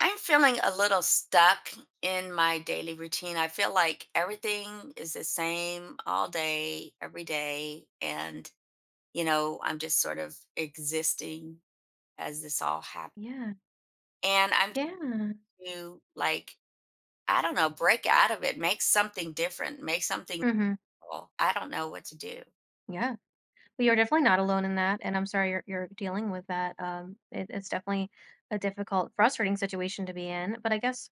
I'm feeling a little stuck in my daily routine. I feel like everything is the same all day, every day. And, I'm just sort of existing as this all happens. Yeah. And I'm Yeah. to I don't know, break out of it, make something different, make something Mhm. cool. I don't know what to do. Yeah. Well, you're definitely not alone in that, and I'm sorry you're dealing with that. It's definitely a difficult, frustrating situation to be in. But I guess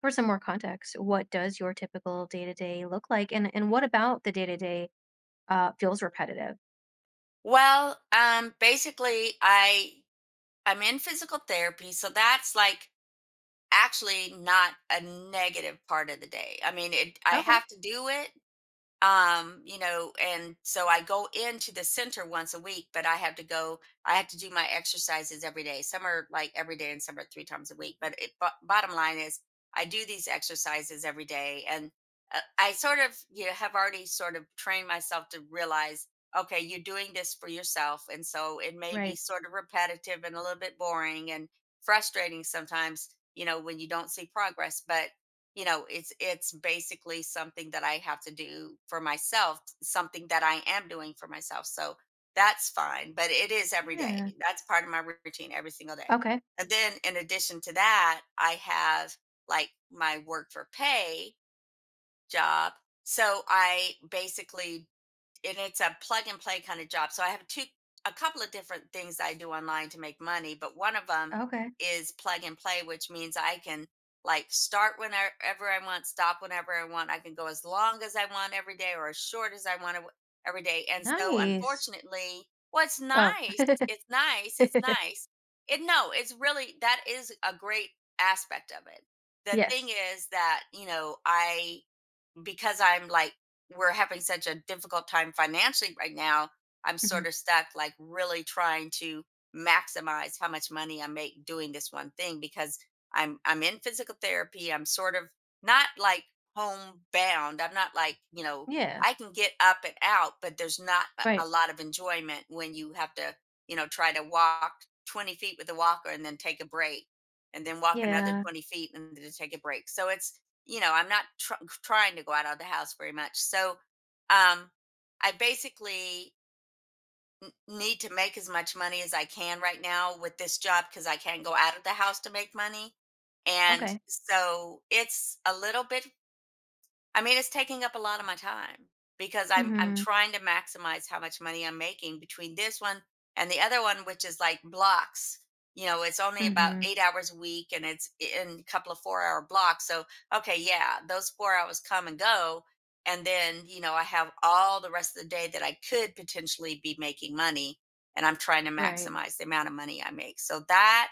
for some more context, what does your typical day to day look like, and what about the day to day feels repetitive? Basically I'm in physical therapy, so that's like actually not a negative part of the day. I mean, it I Okay. have to do it, you know, and so I go into the center once a week, but I have to go, I have to do my exercises every day. Some are like every day and some are three times a week, but bottom line is I do these exercises every day. And I sort of, you know, have already sort of trained myself to realize, okay, you're doing this for yourself, and so it may be Right. sort of repetitive and a little bit boring and frustrating sometimes, you know, when you don't see progress. But you know, it's basically something that I have to do for myself, something that I am doing for myself. So that's fine, but it is every day. Yeah. That's part of my routine, every single day. Okay. And then in addition to that, I have like my work for pay job. So I basically, and it's a plug and play kind of job. So I have a couple of different things I do online to make money, but one of them Okay. is plug and play, which means I can like start whenever I want, stop whenever I want. I can go as long as I want every day or as short as I want every day. And so, Nice. unfortunately, well, it's Oh. nice. It's nice. It's nice. It no, it's really, that is a great aspect of it. The thing Yes. is that, you know, I, because I'm like, we're having such a difficult time financially right now, I'm Hmm. sort of stuck, like really trying to maximize how much money I make doing this one thing. Because I'm in physical therapy, I'm sort of not like homebound. I'm not like, you know, Yeah. I can get up and out, but there's not a Right. a lot of enjoyment when you have to, you know, try to walk 20 feet with a walker and then take a break and then walk another Yeah. 20 feet and then take a break. So it's, you know, I'm not trying to go out of the house very much. So um, I basically need to make as much money as I can right now with this job, because I can't go out of the house to make money. And Okay. so it's a little bit, I mean, it's taking up a lot of my time because I'm Mm-hmm. trying to maximize how much money I'm making between this one and the other one, which is like blocks. You know, it's only about Mm-hmm. 8 hours a week and it's in a couple of 4 hour blocks. So, okay, yeah, those 4 hours come and go. And then, you know, I have all the rest of the day that I could potentially be making money. And I'm trying to Right. maximize the amount of money I make. So that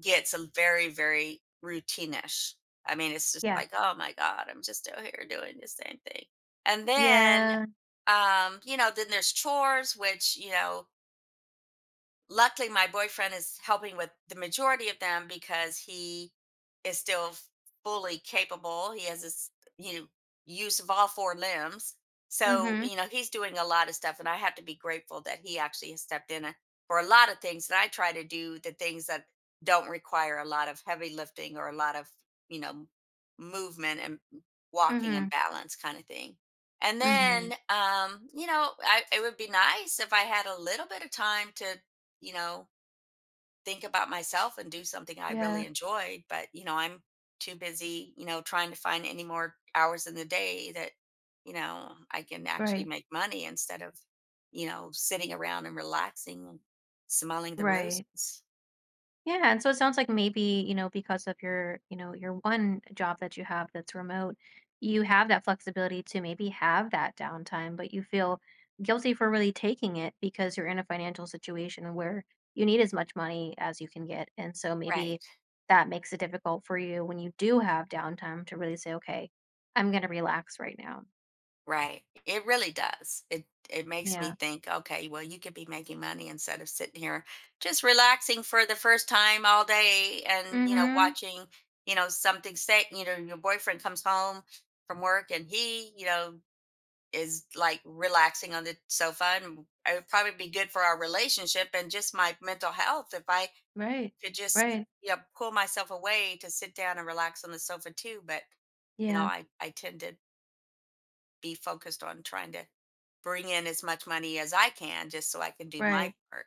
gets a very, very routinish. I mean, it's just Yeah. like, "Oh my god, I'm just out here doing the same thing." And then, Yeah. You know, then there's chores, which, you know, luckily my boyfriend is helping with the majority of them, because he is still fully capable. He has his, you know, use of all four limbs. So, Mhm, you know, he's doing a lot of stuff and I have to be grateful that he actually has stepped in, for a lot of things. And I try to do the things that don't require a lot of heavy lifting or a lot of, you know, movement and walking and mhm, balance kind of thing. And mhm. then you know, it would be nice if I had a little bit of time to, you know, think about myself and do something I Yeah, really enjoyed. But, you know, I'm too busy, you know, trying to find any more hours in the day that, you know, I can actually right, make money instead of, you know, sitting around and relaxing and smelling the right. roses. Yeah, and so it sounds like maybe, you know, because of your one job that you have that's remote, you have that flexibility to maybe have that downtime, but you feel guilty for really taking it because you're in a financial situation where you need as much money as you can get. And so maybe Right. that makes it difficult for you when you do have downtime to really say, okay, I'm going to relax right now. Right. It really does. It makes me Yeah. think, okay, well, you could be making money instead of sitting here just relaxing for the first time all day and, you know, Mhm. watching, you know, something. Say, you know, your boyfriend comes home from work and he, you know, is like relaxing on the sofa, and it would probably be good for our relationship and just my mental health if I Right. could just, Right. you know, pull myself away to sit down and relax on the sofa too. But, you know, Yeah. I tend to be focused on trying to bring in as much money as I can, just so I can do my Right. part.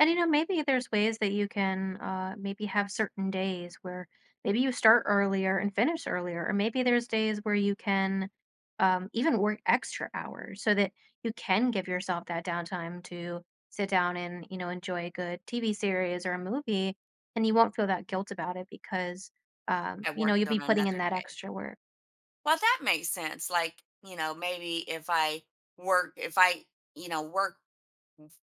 And maybe there's ways that you can maybe have certain days where maybe you start earlier and finish earlier, or maybe there's days where you can even work extra hours so that you can give yourself that downtime to sit down and enjoy a good TV series or a movie, and you won't feel that guilt about it because, um, I you know, you'll worked be on putting in another that day. extra work. Well, that makes sense. Like, you know, maybe if I if I, you know, work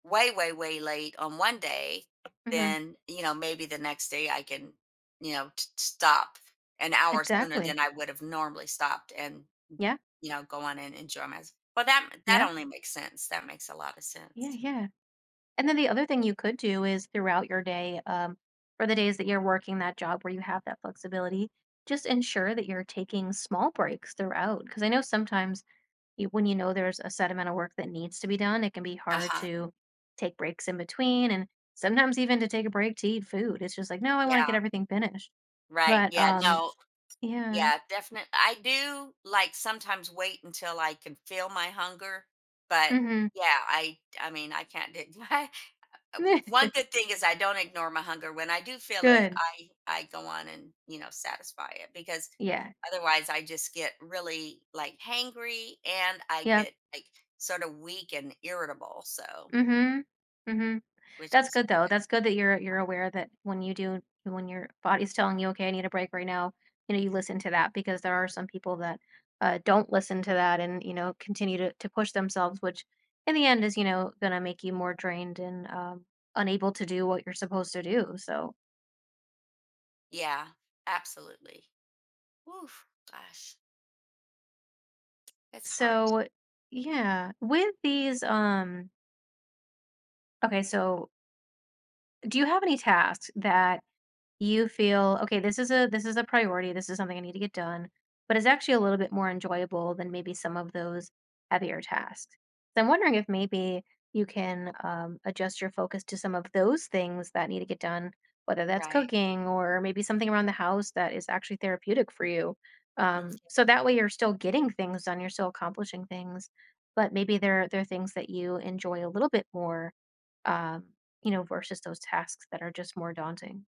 way, way, way late on one day, Hmm. then, you know, maybe the next day I can, you know, stop an hour sooner Exactly. than I would have normally stopped and, Yeah. you know, go on and enjoy my. Well, that, that Yeah. only makes sense. That makes a lot of Yeah. sense. Yeah. And then the other thing you could do is throughout your day, for the days that you're working that job where you have that flexibility, just ensure that you're taking small breaks throughout. Because I know sometimes when you know there's a set amount of work that needs to be done, it can be Uh hard huh. to take breaks in between and sometimes even to take a break to eat food. It's just like, no, I want to Yeah. get everything finished. Right. But Yeah. No. yeah. Yeah, definitely. I do, like, sometimes wait until I can feel my hunger, but Mm-hmm. yeah, I mean, I can't d do. One good thing is I don't ignore my hunger. When I do feel it, Good. I go on and, you know, satisfy it, because Yeah. otherwise I just get really, like, hangry, and I Yep. get, like, sort of weak and irritable, so, Mm-hmm. Mm-hmm. which That's is, good though. That's good that you're aware that when your body's telling you, "Okay, I need a break right now," you listen to that because there are some people that don't listen to that, and continue to push themselves, which in the end is gonna make you more drained and unable to do what you're supposed to do. So yeah, absolutely. Oof, gosh, it's hard. so yeah. With these Okay, so do you have any tasks that you feel, "Okay, this is a priority, this is something I need to get done," but it's actually a little bit more enjoyable than maybe some of those heavier tasks. So I'm wondering if maybe you can, adjust your focus to some of those things that need to get done, whether that's Right. cooking or maybe something around the house that is actually therapeutic for you. Um, Mm. so that way you're still getting things done, you're still accomplishing things, but maybe they're things that you enjoy a little bit more, um, you know, versus those tasks that are just more daunting.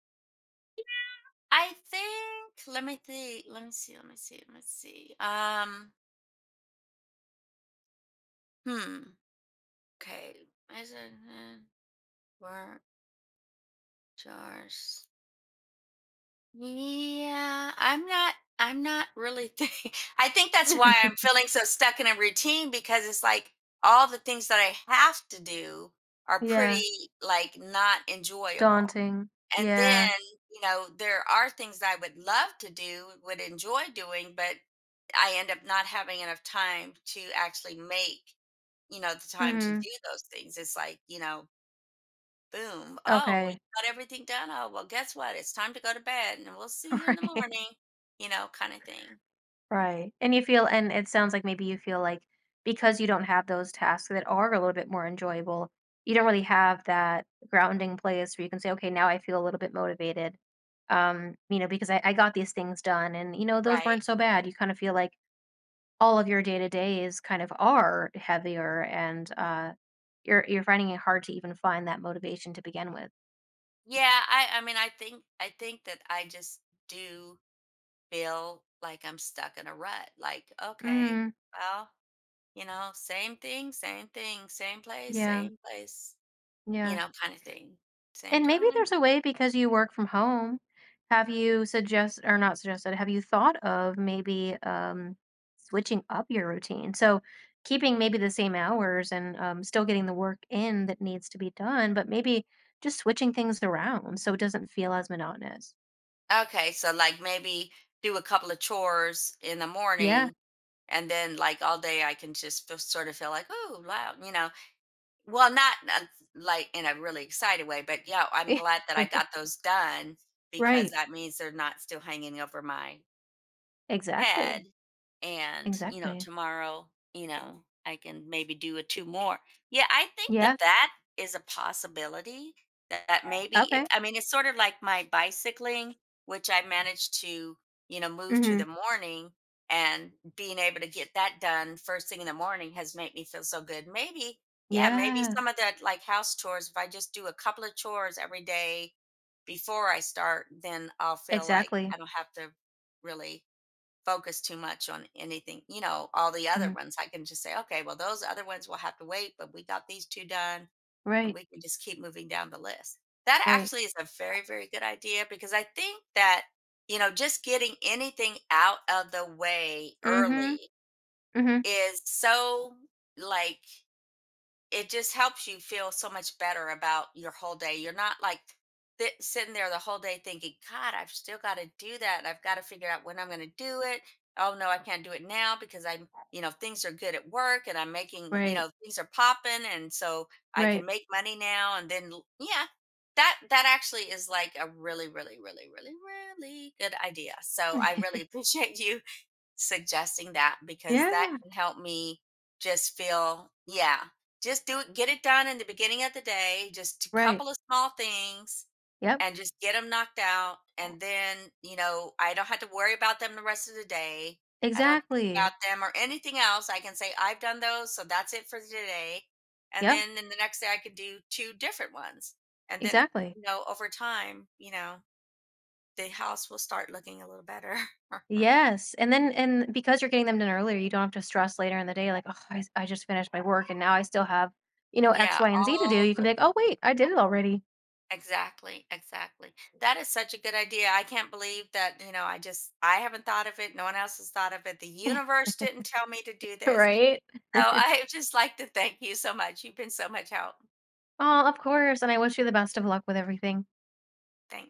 I think, let me think. Let me see. Let me see. Let me see. Hmm. Okay. Is it uh, work jars? Yeah. I'm not. I'm not really. I think that's why I'm feeling so stuck in a routine, because it's like all the things that I have to do are Yeah. pretty like not enjoyable. Daunting. And then, Yeah. you know, there are things I would love to do, would enjoy doing, but I end up not having enough time to actually make, you know, the time to Mhm. do those things. It's like, you know, boom. Oh, well, you Okay. got everything done. Oh, well, guess what? It's time to go to bed and we'll see you in the Right. morning, you know, kind of thing. Right. And you feel and it sounds like maybe you feel like because you don't have those tasks that are a little bit more enjoyable, you don't really have that grounding place where you can say, "Okay, now I feel a little bit motivated." Because I got these things done and those Right. weren't so bad. You kind of feel like all of your day to days kind of are heavier and you're finding it hard to even find that motivation to begin with. Yeah, I mean, I think that I just do feel like I'm stuck in a rut. Like, okay, Mhm. well, you know, same thing, same thing, Yeah. same place, you Yeah. know, kind of thing. Same And maybe time. there's a way because you work from home. Have you suggest or not suggested, have you thought of maybe switching up your routine? So keeping maybe the same hours and still getting the work in that needs to be done, but maybe just switching things around so it doesn't feel as monotonous. Okay, so like maybe do a couple of chores in the Yeah. morning, and then like all day I can just feel, sort of feel like, oh, wow, you know. Well, not like in a really excited way, but yeah, I'm glad that I got those done, because Right. that means they're not still hanging over my had. Exactly. And you know, Exactly. tomorrow, you know, I can maybe do a two more. Yeah, I think Yeah. that is a possibility. That maybe if, Okay. I mean, it's sort of like my bicycling, which I managed to, you know, move to Mm-hmm. the morning, and being able to get that done first thing in the morning has made me feel so good. Maybe, yeah, maybe Yeah. some of that, like house chores, if I just do a couple of chores every day before I start, then I'll feel like Exactly. I don't have to really focus too much on anything, you know, all the other Hmm. ones. I can just say, okay, well, those other ones will have to wait, but we got these two done, and Right. we can just keep moving down the list. That Right. actually is a very, very good idea, because I think that, you know, just getting anything out of the way Mm-hmm. early Mm-hmm. is so, like, it just helps you feel so much better about your whole day. You're not like sitting there the whole day thinking, God, I've still got to do that. I've got to figure out when I'm going to do it. Oh, no, I can't do it now because I'm, you know, things are good at work, and I'm making, you Right. know, things are popping. And so I can Right. make money now. And then, yeah. That actually is like a really, really, really, really, really good idea. So I really appreciate you suggesting that, because that Yeah, can help me just feel, yeah, just do it, get it done in the beginning of the day, just a right. couple of small things, Yep, and just get them knocked out. And then, you know, I don't have to worry about them the rest of the day. I don't think about exactly. them or anything else. I can say I've done those, so that's it for today. And Yep, then in the next day I could do two different ones, and then, exactly. you know, over time, you know, the house will start looking a little better. Yes, and then and because you're getting them done earlier, you don't have to stress later in the day like, "Oh, I just finished my work and now I still have X, Yeah, Y, and Z to do." all. You can be like, "Oh, wait, I did it already." Exactly, exactly. That is such a good idea. I can't believe that, you know, I just, I haven't thought of it. No one else has thought of it. The universe didn't tell me to do this. Right? So I would just like to thank you so much. You've been so much help. Oh, of course, and I wish you the best of luck with everything. Thank